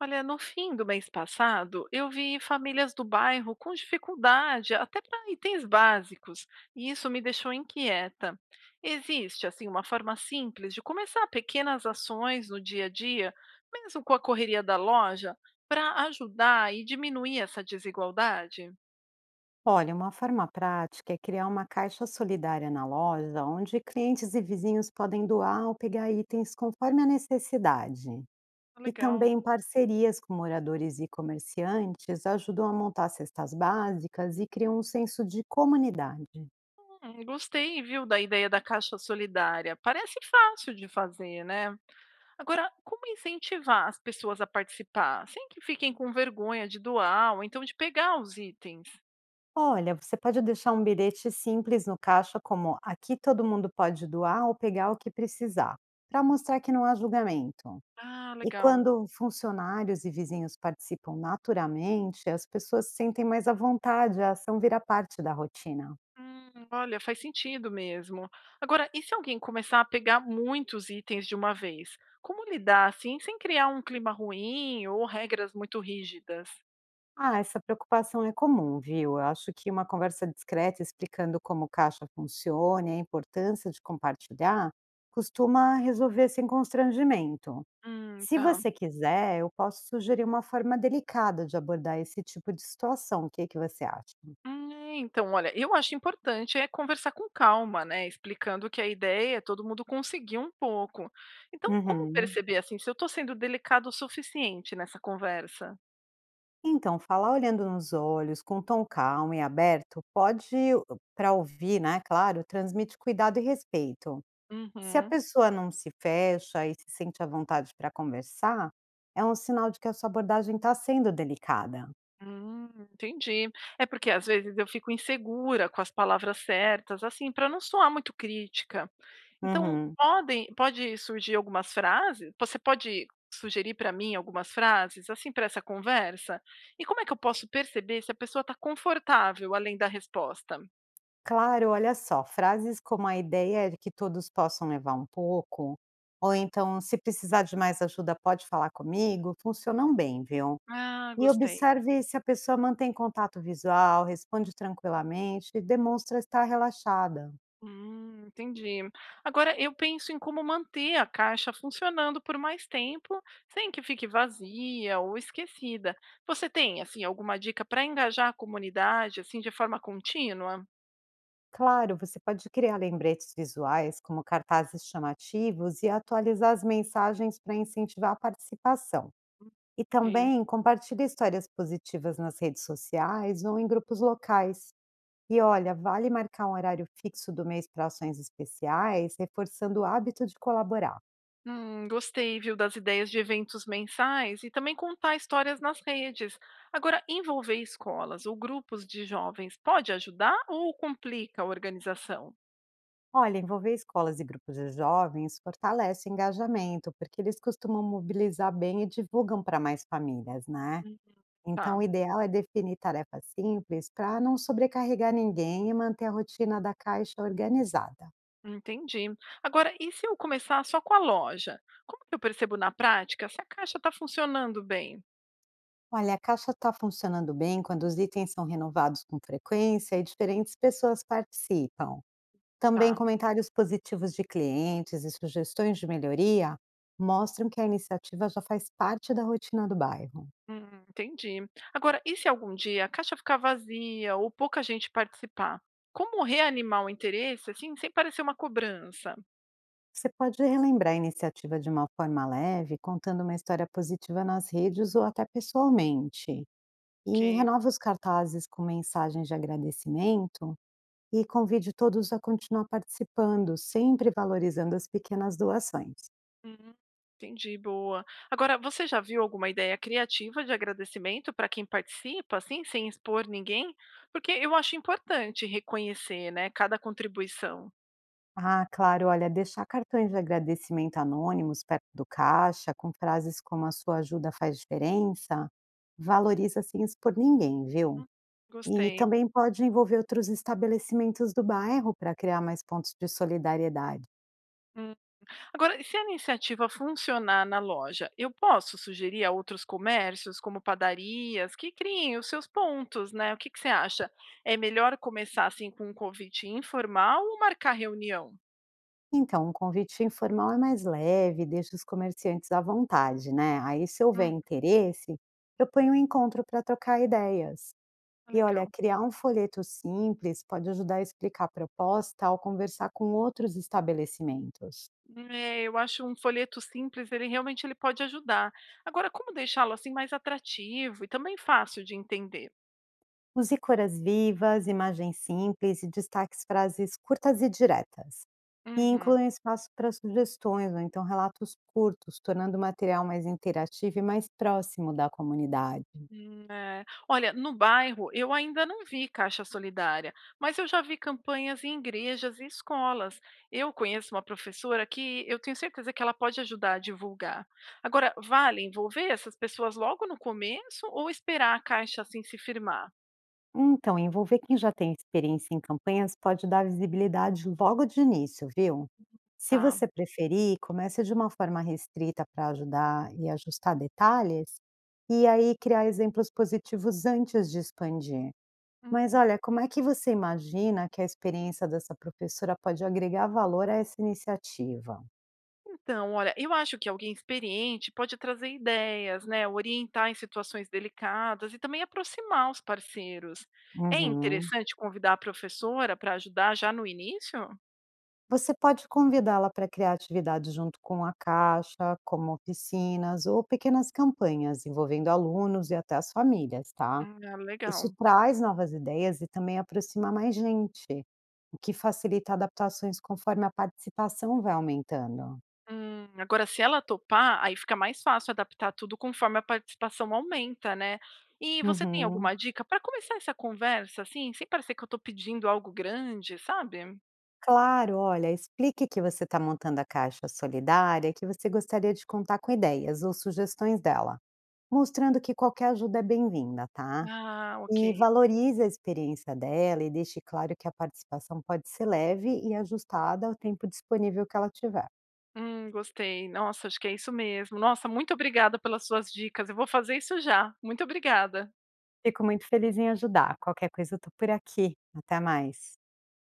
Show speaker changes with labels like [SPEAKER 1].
[SPEAKER 1] Olha, no fim do mês passado, eu vi famílias do bairro com dificuldade até para itens básicos, e isso me deixou inquieta. Existe, assim, uma forma simples de começar pequenas ações no dia a dia, mesmo com a correria da loja, para ajudar e diminuir essa desigualdade?
[SPEAKER 2] Olha, uma forma prática é criar uma caixa solidária na loja, onde clientes e vizinhos podem doar ou pegar itens conforme a necessidade. E
[SPEAKER 1] Legal.
[SPEAKER 2] também parcerias com moradores e comerciantes ajudam a montar cestas básicas e criam um senso de comunidade.
[SPEAKER 1] Gostei, viu, da ideia da caixa solidária. Parece fácil de fazer, né? Agora, como incentivar as pessoas a participar, sem que fiquem com vergonha de doar ou então de pegar os itens?
[SPEAKER 2] Olha, você pode deixar um bilhete simples no caixa, como aqui todo mundo pode doar ou pegar o que precisar, para mostrar que não há julgamento.
[SPEAKER 1] Ah,
[SPEAKER 2] E
[SPEAKER 1] legal.
[SPEAKER 2] quando funcionários e vizinhos participam naturalmente, as pessoas se sentem mais à vontade, a ação vira parte da rotina.
[SPEAKER 1] Olha, faz sentido mesmo. Agora, e se alguém começar a pegar muitos itens de uma vez? Como lidar assim, sem criar um clima ruim ou regras muito rígidas?
[SPEAKER 2] Ah, essa preocupação é comum, viu? Eu acho que uma conversa discreta explicando como o caixa funciona e a importância de compartilhar costuma resolver sem constrangimento. Se
[SPEAKER 1] Tá.
[SPEAKER 2] você quiser, eu posso sugerir uma forma delicada de abordar esse tipo de situação. O que você acha?
[SPEAKER 1] Ah, então, olha, eu acho importante é conversar com calma, né? Explicando que a ideia é todo mundo conseguir um pouco. Então, como
[SPEAKER 2] Uhum.
[SPEAKER 1] perceber assim se eu estou sendo delicado o suficiente nessa conversa?
[SPEAKER 2] Então, falar olhando nos olhos, com tom calmo e aberto, pode, para ouvir, né, claro, transmite cuidado e respeito. Se a
[SPEAKER 1] Uhum.
[SPEAKER 2] pessoa não se fecha e se sente à vontade para conversar, é um sinal de que a sua abordagem está sendo delicada.
[SPEAKER 1] Entendi. É porque às vezes eu fico insegura com as palavras certas, assim, para não soar muito crítica. Então,
[SPEAKER 2] Uhum.
[SPEAKER 1] pode surgir algumas frases você pode sugerir para mim algumas frases, assim, para essa conversa? E como é que eu posso perceber se a pessoa está confortável além da resposta?
[SPEAKER 2] Claro, olha só, frases como a ideia é de que todos possam levar um pouco, ou então, se precisar de mais ajuda, pode falar comigo, funcionam bem, viu?
[SPEAKER 1] Ah,
[SPEAKER 2] E
[SPEAKER 1] gostei.
[SPEAKER 2] observe se a pessoa mantém contato visual, responde tranquilamente e demonstra estar relaxada.
[SPEAKER 1] Entendi. Agora eu penso em como manter a caixa funcionando por mais tempo, sem que fique vazia ou esquecida. Você tem, assim, alguma dica para engajar a comunidade, assim, de forma contínua?
[SPEAKER 2] Claro, você pode criar lembretes visuais, como cartazes chamativos, e atualizar as mensagens para incentivar a participação. E
[SPEAKER 1] Ok.
[SPEAKER 2] também compartilhe histórias positivas nas redes sociais ou em grupos locais. E olha, vale marcar um horário fixo do mês para ações especiais, reforçando o hábito de colaborar.
[SPEAKER 1] Gostei, viu, das ideias de eventos mensais e também contar histórias nas redes. Agora, envolver escolas ou grupos de jovens pode ajudar ou complica a organização?
[SPEAKER 2] Olha, envolver escolas e grupos de jovens fortalece o engajamento, porque eles costumam mobilizar bem e divulgam para mais famílias, né?
[SPEAKER 1] Hum,
[SPEAKER 2] Então, o
[SPEAKER 1] Tá,
[SPEAKER 2] ideal é definir tarefas simples para não sobrecarregar ninguém e manter a rotina da caixa organizada.
[SPEAKER 1] entendi. Agora, e se eu começar só com a loja? Como que eu percebo na prática se a caixa está funcionando bem?
[SPEAKER 2] Olha, a caixa está funcionando bem quando os itens são renovados com frequência e diferentes pessoas participam. Também
[SPEAKER 1] Tá,
[SPEAKER 2] comentários positivos de clientes e sugestões de melhoria mostram que a iniciativa já faz parte da rotina do bairro.
[SPEAKER 1] entendi. Agora, e se algum dia a caixa ficar vazia ou pouca gente participar? Como reanimar o interesse, assim, sem parecer uma cobrança?
[SPEAKER 2] Você pode relembrar a iniciativa de uma forma leve, contando uma história positiva nas redes ou até pessoalmente. E
[SPEAKER 1] Ok.
[SPEAKER 2] renova os cartazes com mensagens de agradecimento e convide todos a continuar participando, sempre valorizando as pequenas doações.
[SPEAKER 1] Hum, entendi, boa. Agora, você já viu alguma ideia criativa de agradecimento para quem participa, assim, sem expor ninguém? Porque eu acho importante reconhecer, né, cada contribuição.
[SPEAKER 2] Ah, claro, olha, deixar cartões de agradecimento anônimos perto do caixa, com frases como a sua ajuda faz diferença, valoriza sem expor ninguém, viu?
[SPEAKER 1] Hum,
[SPEAKER 2] E
[SPEAKER 1] Gostei.
[SPEAKER 2] também pode envolver outros estabelecimentos do bairro para criar mais pontos de solidariedade.
[SPEAKER 1] Hum. Agora, e se a iniciativa funcionar na loja, eu posso sugerir a outros comércios, como padarias, que criem os seus pontos, né? O que que você acha? É melhor começar assim com um convite informal ou marcar reunião?
[SPEAKER 2] Então, um convite informal é mais leve, deixa os comerciantes à vontade, né? Aí, se houver
[SPEAKER 1] Hum,
[SPEAKER 2] interesse, propõe um encontro para trocar ideias. E olha,
[SPEAKER 1] legal.
[SPEAKER 2] criar um folheto simples pode ajudar a explicar a proposta ao conversar com outros estabelecimentos.
[SPEAKER 1] É, eu acho um folheto simples, ele realmente ele pode ajudar. Agora, como deixá-lo assim mais atrativo e também fácil de entender?
[SPEAKER 2] Use cores vivas, imagens simples e destaque frases curtas e diretas. E
[SPEAKER 1] Uhum.
[SPEAKER 2] inclui um espaço para sugestões ou então relatos curtos, tornando o material mais interativo e mais próximo da comunidade.
[SPEAKER 1] É. Olha, no bairro eu ainda não vi caixa solidária, mas eu já vi campanhas em igrejas e escolas. Eu conheço uma professora que eu tenho certeza que ela pode ajudar a divulgar. Agora, vale envolver essas pessoas logo no começo ou esperar a caixa assim se firmar?
[SPEAKER 2] Então, envolver quem já tem experiência em campanhas pode dar visibilidade logo de início, viu? Se
[SPEAKER 1] Tá.
[SPEAKER 2] você preferir, comece de uma forma restrita para ajudar e ajustar detalhes, e aí criar exemplos positivos antes de expandir. Mas
[SPEAKER 1] Uhum.
[SPEAKER 2] olha, como é que você imagina que a experiência dessa professora pode agregar valor a essa iniciativa?
[SPEAKER 1] Então, olha, eu acho que alguém experiente pode trazer ideias, né, orientar em situações delicadas e também aproximar os parceiros. É
[SPEAKER 2] Uhum.
[SPEAKER 1] interessante convidar a professora para ajudar já no início?
[SPEAKER 2] Você pode convidá-la para criar atividades junto com a Caixa, como oficinas ou pequenas campanhas envolvendo alunos e até as famílias, tá?
[SPEAKER 1] Ah,
[SPEAKER 2] Isso
[SPEAKER 1] legal.
[SPEAKER 2] traz novas ideias e também aproxima mais gente, o que facilita adaptações conforme a participação vai aumentando.
[SPEAKER 1] Agora, se ela topar, aí fica mais fácil adaptar tudo conforme a participação aumenta, né? E você tem
[SPEAKER 2] Uhum.
[SPEAKER 1] alguma dica para começar essa conversa, assim, sem parecer que eu estou pedindo algo grande, sabe?
[SPEAKER 2] Claro, olha, explique que você está montando a caixa solidária, e que você gostaria de contar com ideias ou sugestões dela, mostrando que qualquer ajuda é bem-vinda, tá?
[SPEAKER 1] Ah, ok.
[SPEAKER 2] E valorize a experiência dela e deixe claro que a participação pode ser leve e ajustada ao tempo disponível que ela tiver.
[SPEAKER 1] Gostei. Nossa, acho que é isso mesmo. Nossa, muito obrigada pelas suas dicas. Eu vou fazer isso já. Muito obrigada.
[SPEAKER 2] Fico muito feliz em ajudar. Qualquer coisa eu tô por aqui. Até mais.